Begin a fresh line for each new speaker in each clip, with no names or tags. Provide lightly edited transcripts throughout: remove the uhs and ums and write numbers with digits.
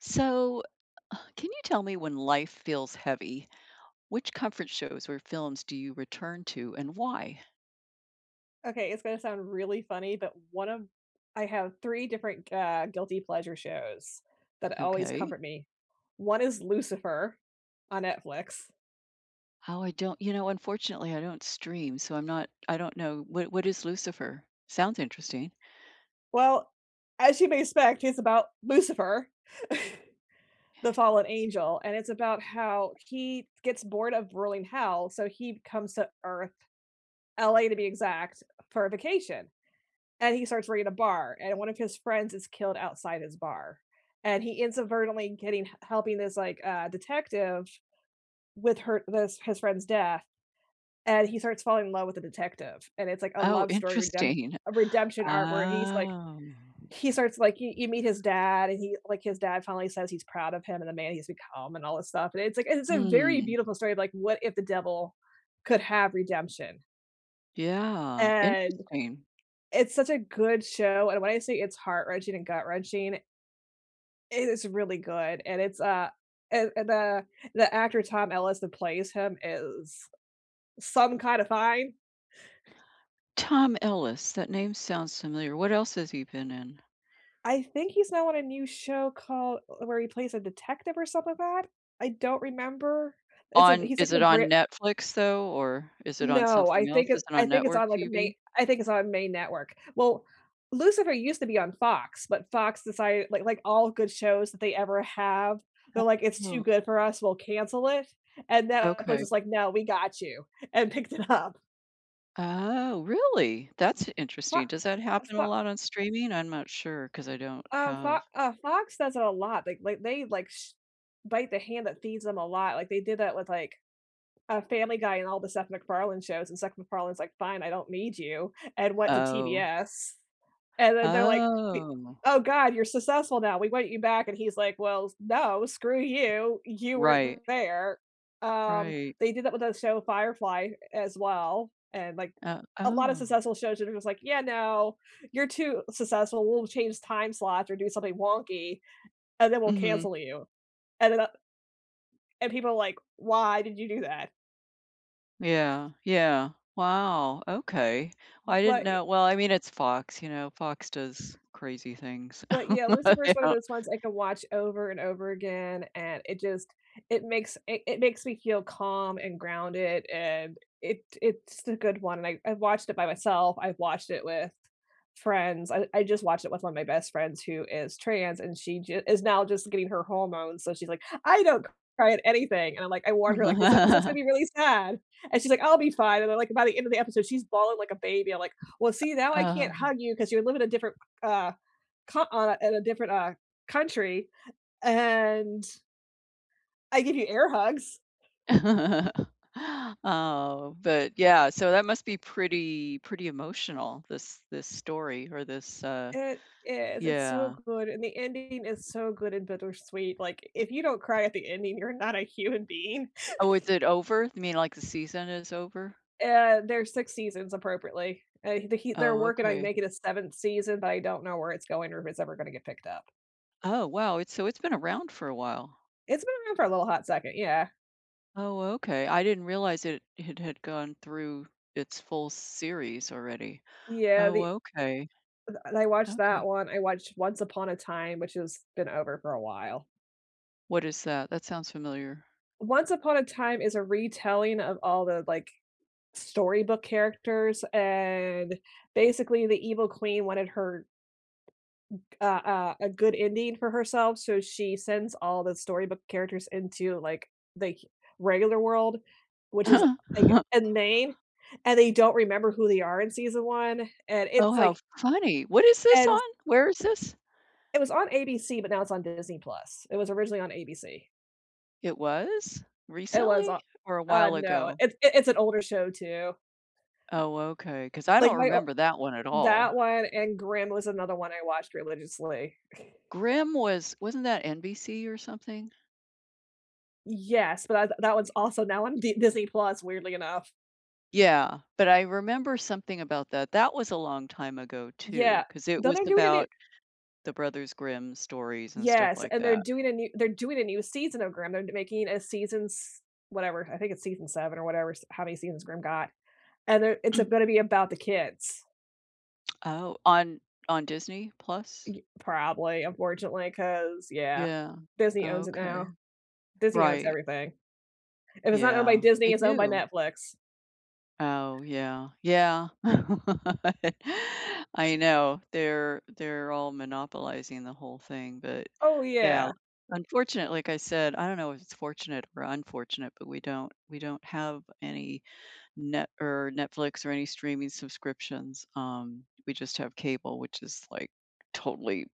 So, can you tell me, when life feels heavy, which comfort shows or films do you return to and why?
Okay, it's gonna sound really funny, but one of I have 3 different, guilty pleasure shows that always
Okay.
comfort me. One is Lucifer on Netflix.
Oh, I don't, you know, unfortunately, I don't stream, so I'm not, I don't know. What is Lucifer? Sounds interesting.
Well, as you may expect, it's about Lucifer, the fallen angel, and it's about how he gets bored of ruling hell, so he comes to LA to be exact for a vacation. And he starts running a bar and one of his friends is killed outside his bar, and he ends up inadvertently getting helping this like detective with her this his friend's death. And he starts falling in love with the detective, and it's like a
Oh,
love story
interesting.
a redemption art where
Oh.
he starts like you meet his dad and he like his dad finally says he's proud of him and the man he's become and all this stuff. And it's like it's a very
Hmm.
beautiful story of like what if the devil could have redemption,
Yeah,
and
interesting.
it's such a good show. And when I say it's heart-wrenching and gut-wrenching, it is really good. And it's, and the actor Tom Ellis that plays him is some kinda fine.
Tom Ellis, that name sounds familiar. What else has he been in?
I think he's now on a new show called where he plays a detective or something like that? I don't remember. It's a
On
he's like
Is
in
it on
a
Netflix though, or is it on
No,
something
I
else?
think it
Is it
I
on
think it's
network
on, like, a main
TV?
I think it's on main network. Well, Lucifer used to be on Fox, but Fox decided like all good shows that they ever have, they're like, "It's too
Oh,
good for us, we'll cancel it," and Netflix
okay.
is like, "No, we got you," and picked it up.
Oh, really? That's
Fo
interesting. Does that happen a
Fo
lot on streaming? I'm not sure because I don't
Fo
have.
Fox does it a lot, like, they, like, sh bite the hand that feeds them a lot, like, they did that with, like, a Family Guy and all the Seth MacFarlane shows, and Seth MacFarlane's like, "Fine, I don't need you," and went to
Oh,
TBS. And then they're like, "We
oh,
oh god, you're successful now. We want you back." And he's like, "Well, no, screw you. You weren't
right,
there." Um,
right.
they did that with the show Firefly as well, and, like,
Uh,
a lot of
oh,
successful shows that are just like, "Yeah, no, you're too successful. We'll change time slots or do something wonky, and then we'll
mm-hmm.
cancel you." And then, and people are like, "Why did you do that?"
Yeah, yeah. Wow. Okay. Well, I didn't
But
know. Well, I mean, it's Fox. You know, Fox does crazy things.
But yeah, Lucifer
They
is one of
don't-
those ones I can watch over and over again, and it just it makes me feel calm and grounded, and it's a good one. And I've watched it by myself. I've watched it with friends. I just watched it with one of my best friends who is trans, and is now just getting her hormones. So she's like, I don't cry at anything, and I'm like, I warned her like this episode's gonna be really sad, and she's like, I'll be fine. And then like by the end of the episode, she's bawling like a baby. I'm like, well, see, now I can't
Oh.
hug you because you're living a different uh, co on a in a different, country, and I give you air hugs.
Oh, but yeah, so that must be pretty emotional, this story or this,
It is, it's so
yeah.
good, and the ending is so good and bittersweet, like, if you don't cry at the ending, you're not a human being.
Oh, is it over? You mean like the season is over?
And there's 6 seasons appropriately. They're
Oh,
working on
okay.
making a 7th season, but I don't know where it's going or if it's ever gonna get picked up.
Oh, wow, it's so it's been around for a while.
It's been around for a little hot second, yeah.
Oh, okay. I didn't realize it had gone through its full series already.
Yeah,
Oh,
the
okay.
and I watched that
Okay.
one, I watched Once Upon a Time, which has been over for a while.
What is that? That sounds familiar.
Once Upon a Time is a retelling of all the, like, storybook characters. And basically the evil queen wanted her a good ending for herself, so she sends all the storybook characters into like the h- regular world, which is like inane, and they don't remember who they are in season one. And
Oh,
it's
how
like
funny. What is this on?
and
Where is this?
it was on ABC, but now it's on Disney Plus. It was originally on ABC.
It was?
It was
Recently?
on
Or a while
No,
ago?
it's an older show too,
Oh, okay. Because I
like
don't remember that one at all.
that one, and Grimm was another one I watched religiously.
Grimm was, wasn't that NBC or something?
Yes, but that that one's also now on D Disney Plus, weirdly enough.
Yeah, but I remember something about that. That was a long time ago too,
Yeah.
because it
Though
was
they're doing a new
about the Brothers Grimm stories and stuff
Yes,
like
and they're
that.
doing a new season of Grimm. They're making a seasons whatever, I think it's season 7 or whatever, s how many seasons Grimm got, and they're it's gonna be about the kids,
Oh, on Disney Plus?
y probably. Unfortunately, because yeah,
Yeah.
Disney owns it
Okay.
now. Disney owns
Right.
everything. If it's not owned by
Yeah, they
Disney, it's owned by
do.
Netflix.
Oh, yeah. Yeah. I know. They're all monopolizing the whole thing, but
Oh,
yeah,
yeah.
unfortunate, like I said, I don't know if it's fortunate or unfortunate, but we don't, we don't have any net or Netflix or any streaming subscriptions. We just have cable, which is like totally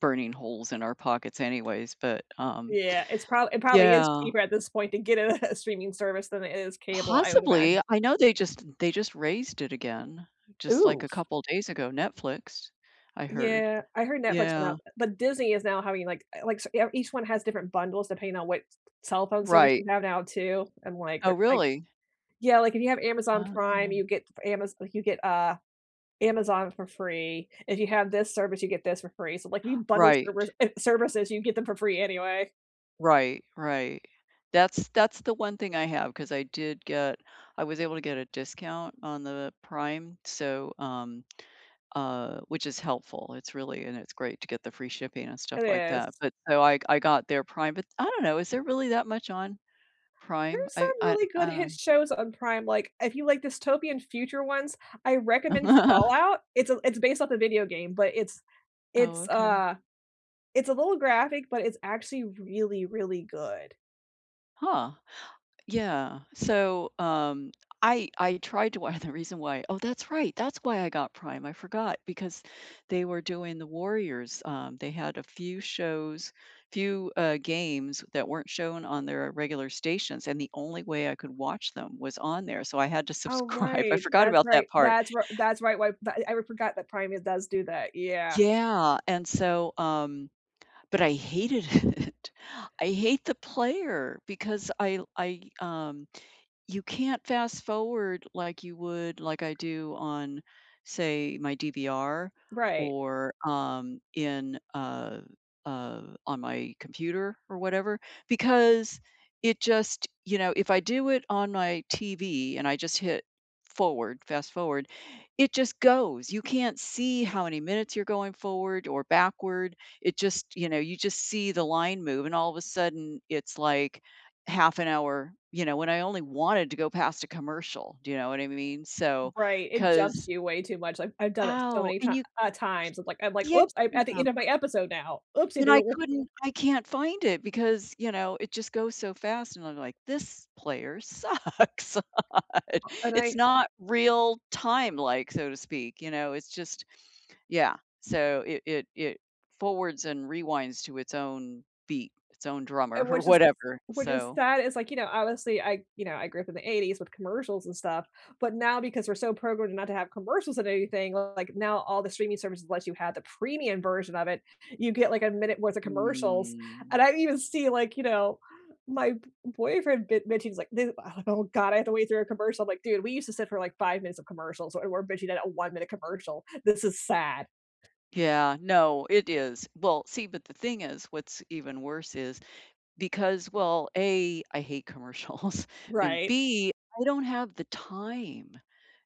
burning holes in our pockets anyways, but
Yeah, it's probably it probably is
yeah.
cheaper at this point to get a a streaming service than it is cable, I would imagine.
Possibly. I know they just raised it again, just, like,
Ooh.
a couple days ago, Netflix, I heard.
Yeah, I heard Netflix went
Yeah.
up, but Disney is now having, like so yeah, each one has different bundles depending on what cell phone service
Right.
you have now too, and, like,
Oh,
they're like
really?
yeah, like, if you have Amazon Prime,
Oh.
you get Amazon for free. If you have this service, you get this for free. So, like, if you bundle
Right,
services, you get them for free anyway.
right, right. That's the one thing I have because I did get I was able to get a discount on the Prime, so, which is helpful. It's really and it's great to get the free shipping and stuff
It
like that,
is.
but so I got their Prime, but I don't know, is there really that much on Prime?
There's some really good hit shows on Prime, like, if you like dystopian future ones, I recommend Fallout. It's a it's based off a video game, but
Oh,
it's,
okay.
uh it's a little graphic, but it's actually really, really good.
Huh. Yeah. I tried to watch the reason why. Oh, that's right. That's why I got Prime. I forgot because they were doing the Warriors. They had a few shows, few games that weren't shown on their regular stations, and the only way I could watch them was on there. So I had to
Oh,
subscribe. I
right,
forgot about that part.
that's right, why that I forgot that Prime does do that, yeah.
Yeah. But I hated it. I hate the player because I you can't fast forward like you would, like I do on, say, my DVR
Right,
or, on my computer or whatever, because it just, you know, if I do it on my TV and I just hit fast forward, it just goes. You can't see how many minutes you're going forward or backward. It just, you know, you just see the line move, and all of a sudden, it's like, half an hour, you know, when I only wanted to go past a commercial, do you know what I mean? So,
right, it jumps
because
you way too much, like, I've done it so
oh,
many ti
and you
times, it's like I'm like,
yeah,
"Oops, I'm at the end of my episode now, oopsie
and
doodle,"
I can't find it because, you know, it just goes so fast and I'm like, "This player sucks."
and
It's
I
not real time, like, so to speak, you know, it's just yeah. So it forwards and rewinds to its own beat, its own drummer
And
or
which is
whatever.
which is
So,
sad, it's like, you know, obviously, I grew up in the '80s with commercials and stuff, but now because we're so programmed not to have commercials and anything, like, now all the streaming services let you have the premium version of it, you get, like, a minute worth of commercials,
mm.
and I even see, like, you know, my b boyfriend bitching, he's like, "Dude, oh god, I have to wait through a commercial." I'm like, "Dude, we used to sit for, like, 5 minutes of commercials, and we're bitching at a one-minute commercial. This is sad."
Yeah, no, it is. Well, see, but the thing is, what's even worse is because, well, A, I hate commercials, and
Right,
B, I don't have the time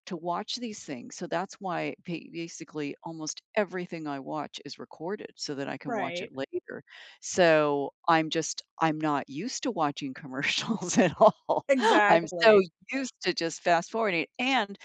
to watch these things. So that's why ba- basically almost everything I watch is recorded so that I can watch it
right,
later. So I'm just, I'm not used to watching commercials at all. I'm so
exactly,
used to just fast forwarding. And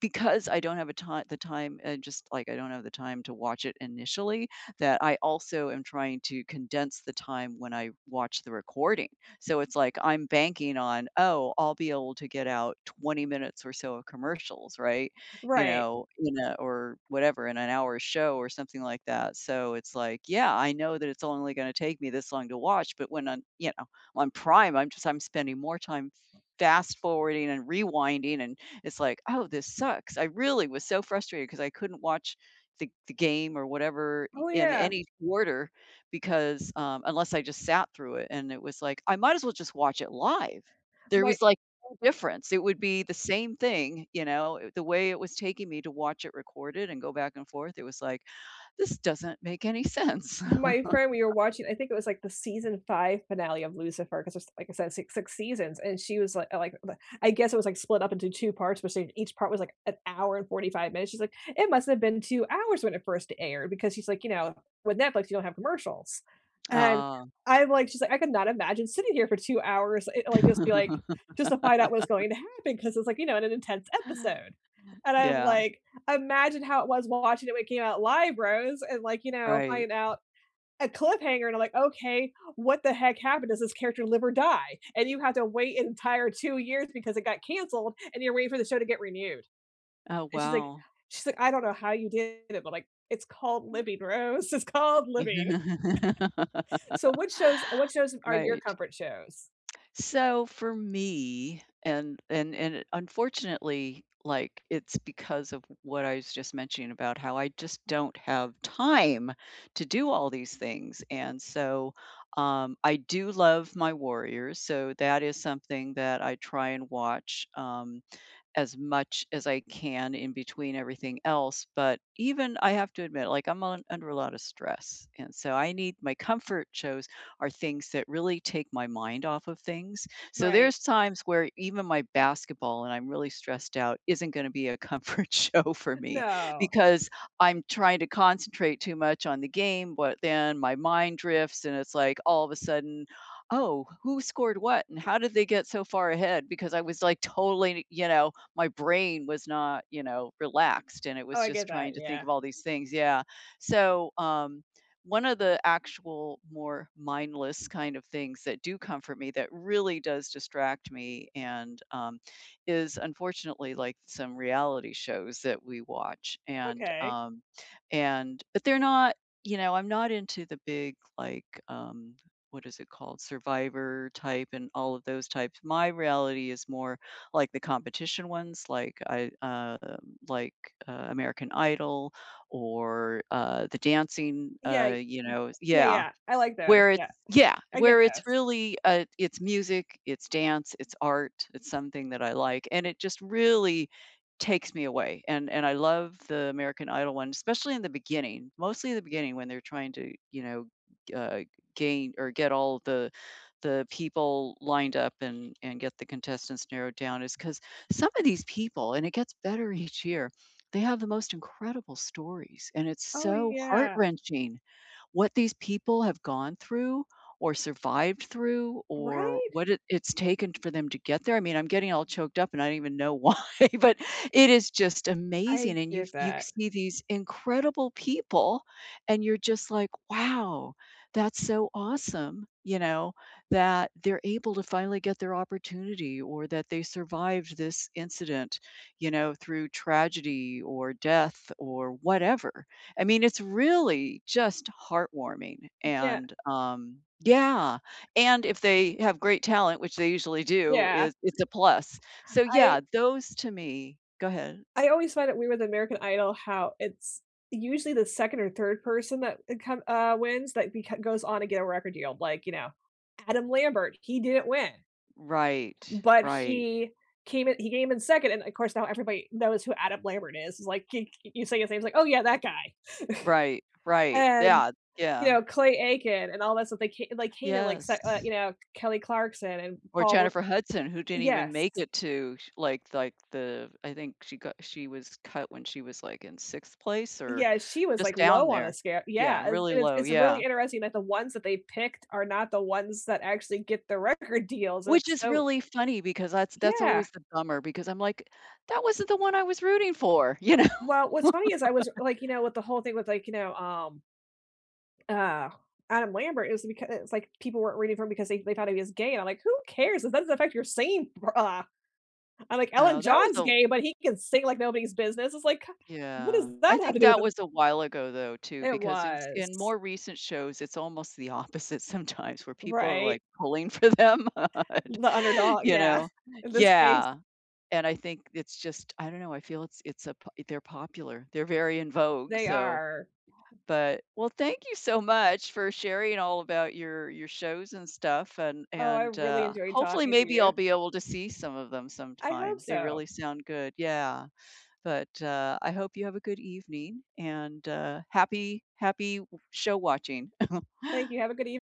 because I don't have a time, the time, just like I don't have the time to watch it initially, that I also am trying to condense the time when I watch the recording. So it's like I'm banking on, "Oh, I'll be able to get out 20 minutes or so of commercials," right? You
right.
know, in a or whatever, in an hour show or something like that. So it's like, yeah, I know that it's only gonna take me this long to watch, but when I'm, you know, on Prime, I'm just I'm spending more time fast forwarding and rewinding and it's like, "Oh, this sucks." I really was so frustrated because I couldn't watch the game or whatever
Oh,
in
yeah,
any order because, um, unless I just sat through it, and it was like, I might as well just watch it live. There
my
was, like, no difference. It would be the same thing, you know, it- the way it was taking me to watch it recorded and go back and forth, it was like, "This doesn't make any sense."
My friend, we were watching I think it was, like, the season 5 finale of Lucifer, 'cause there's, like I said, six seasons, and she was I guess it was, like, split up into 2 parts, but she each part was, like, an hour and 45 minutes. She's like, "It must have been 2 hours when it first aired," because she's like, you know, with Netflix, you don't have commercials. And
Oh.
I'm like she's like, "I could not imagine sitting here for 2 hours, it like, just be like just to find out what's going to happen, because it's, like, you know, in an intense episode." And I'm
Yeah,
like, "Imagine how it was watching it when it came out live, Rose, and, like, you know,
right.
finding out a cliffhanger, and I'm like, okay, what the heck happened? Does this character live or die? And you have to wait an entire 2 years because it got canceled and you're waiting for the show to get renewed."
Oh,
And
wow.
I don't know how you did it, but like it's called living, Rose. It's called living. So what shows are your
Right.
comfort shows?
So for me, and it- unfortunately, like it's because of what I was just mentioning about how I just don't have time to do all these things. And so I do love my Warriors. So that is something that I try and watch. As much as I can in between everything else. But even I have to admit, like I'm on, under a lot of stress. And so I need my comfort shows are things that really take my mind off of things. So
Right.
there's times where even my basketball and I'm really stressed out isn't going to be a comfort show for me
No.
because I'm trying to concentrate too much on the game, but then my mind drifts and it's like all of a sudden, oh, who scored what and how did they get so far ahead? Because I was like totally, you know, my brain was not, you know, relaxed and it
Oh,
was
I
just
get
trying
that.
to think
Yeah.
of all these things. Yeah. So, um, one of the actual more mindless kind of things that do comfort me that really does distract me and is unfortunately like some reality shows that we watch
Okay.
and but they're not, you know, I'm not into the big, like, what is it called, Survivor type and all of those types. My reality is more like the competition ones, like I like American Idol or the dancing.
Yeah.
You know,
Yeah.
yeah,
Yeah. I like those.
where it's,
Yeah.
yeah,
I get
where it's
those.
really, it's music, it's dance, it's art, it's something that I like, and it just really takes me away, and I love the American Idol one, especially in the beginning, mostly in the beginning when they're trying to, you know, uh, gain or get all the people lined up and get the contestants narrowed down is because some of these people, and it gets better each year, they have the most incredible stories, and it's
Oh
so
yeah.
heart-wrenching what these people have gone through or survived through or
Right?
what it, it's taken for them to get there. I mean, I'm getting all choked up and I don't even know why, but it is just amazing.
I
And you
get
you
that.
see these incredible people and you're just like, wow, that's so awesome, you know, that they're able to finally get their opportunity or that they survived this incident, you know, through tragedy or death or whatever. I mean, it's really just heartwarming
Yeah.
yeah, and if they have great talent, which they usually do,
Yeah.
is it's a plus. So,
I
yeah, those to me go ahead.
I always find it weird with American Idol how it's usually the 2nd or 3rd person that it come wins, that beco goes on to get a record deal, like, you know, Adam Lambert, he didn't win,
Right,
but
right,
he came in 2nd, and, of course, now everybody knows who Adam Lambert is, it's like, you say his name, it's like, "Oh, yeah, that guy."
right, right.
And,
Yeah,
you
yeah.
know, Clay Aiken and all that stuff, they came in, like, se
Yes.
you know, Kelly Clarkson and
Or
Paul Ro
Jennifer Hudson, who didn't even
Yes.
make it to sh like the I think she got she was cut when she was, like, in 6th place or
Yeah, she was,
just
like,
down
low on the
there.
scale.
Yeah,
Yeah,
really low,
it's
yeah.
really interesting that the ones that they picked are not the ones that actually get the record deals,
Which
it's
is
so
really funny because that's
yeah.
always the bummer because I'm like, "That wasn't the one I was rooting for," you know?
Well, what's funny is I was, like, you know, with the whole thing with, like, you know, uh, Adam Lambert, it was because it's like people weren't reading for him because they thought he was gay, and I'm like, "Who cares? It doesn't affect your singing uh" I'm like, Ellen
Oh, that was
John's
a
gay, but he can sing like nobody's business." It's like, "What
yeah.
does that
I
have to
think
do with
that
it?"
was a while ago though too
It
because in s in
was.
more recent shows, it's almost the opposite sometimes where people are,
Right?
like, pulling for them,
The underdog,
you
yeah.
know?
In this case
Yeah, and I think it's just I don't know, I feel it's a po they're popular. They're very in vogue,
They
so
are.
but well, thank you so much for sharing all about your shows and stuff,
Oh, I
and
really enjoyed
hopefully
talking to
maybe I'll
you.
be able to see some of them
I hope
sometime. They
so.
really sound good, yeah. But I hope you have a good evening and happy show watching.
Thank you. Have a good evening.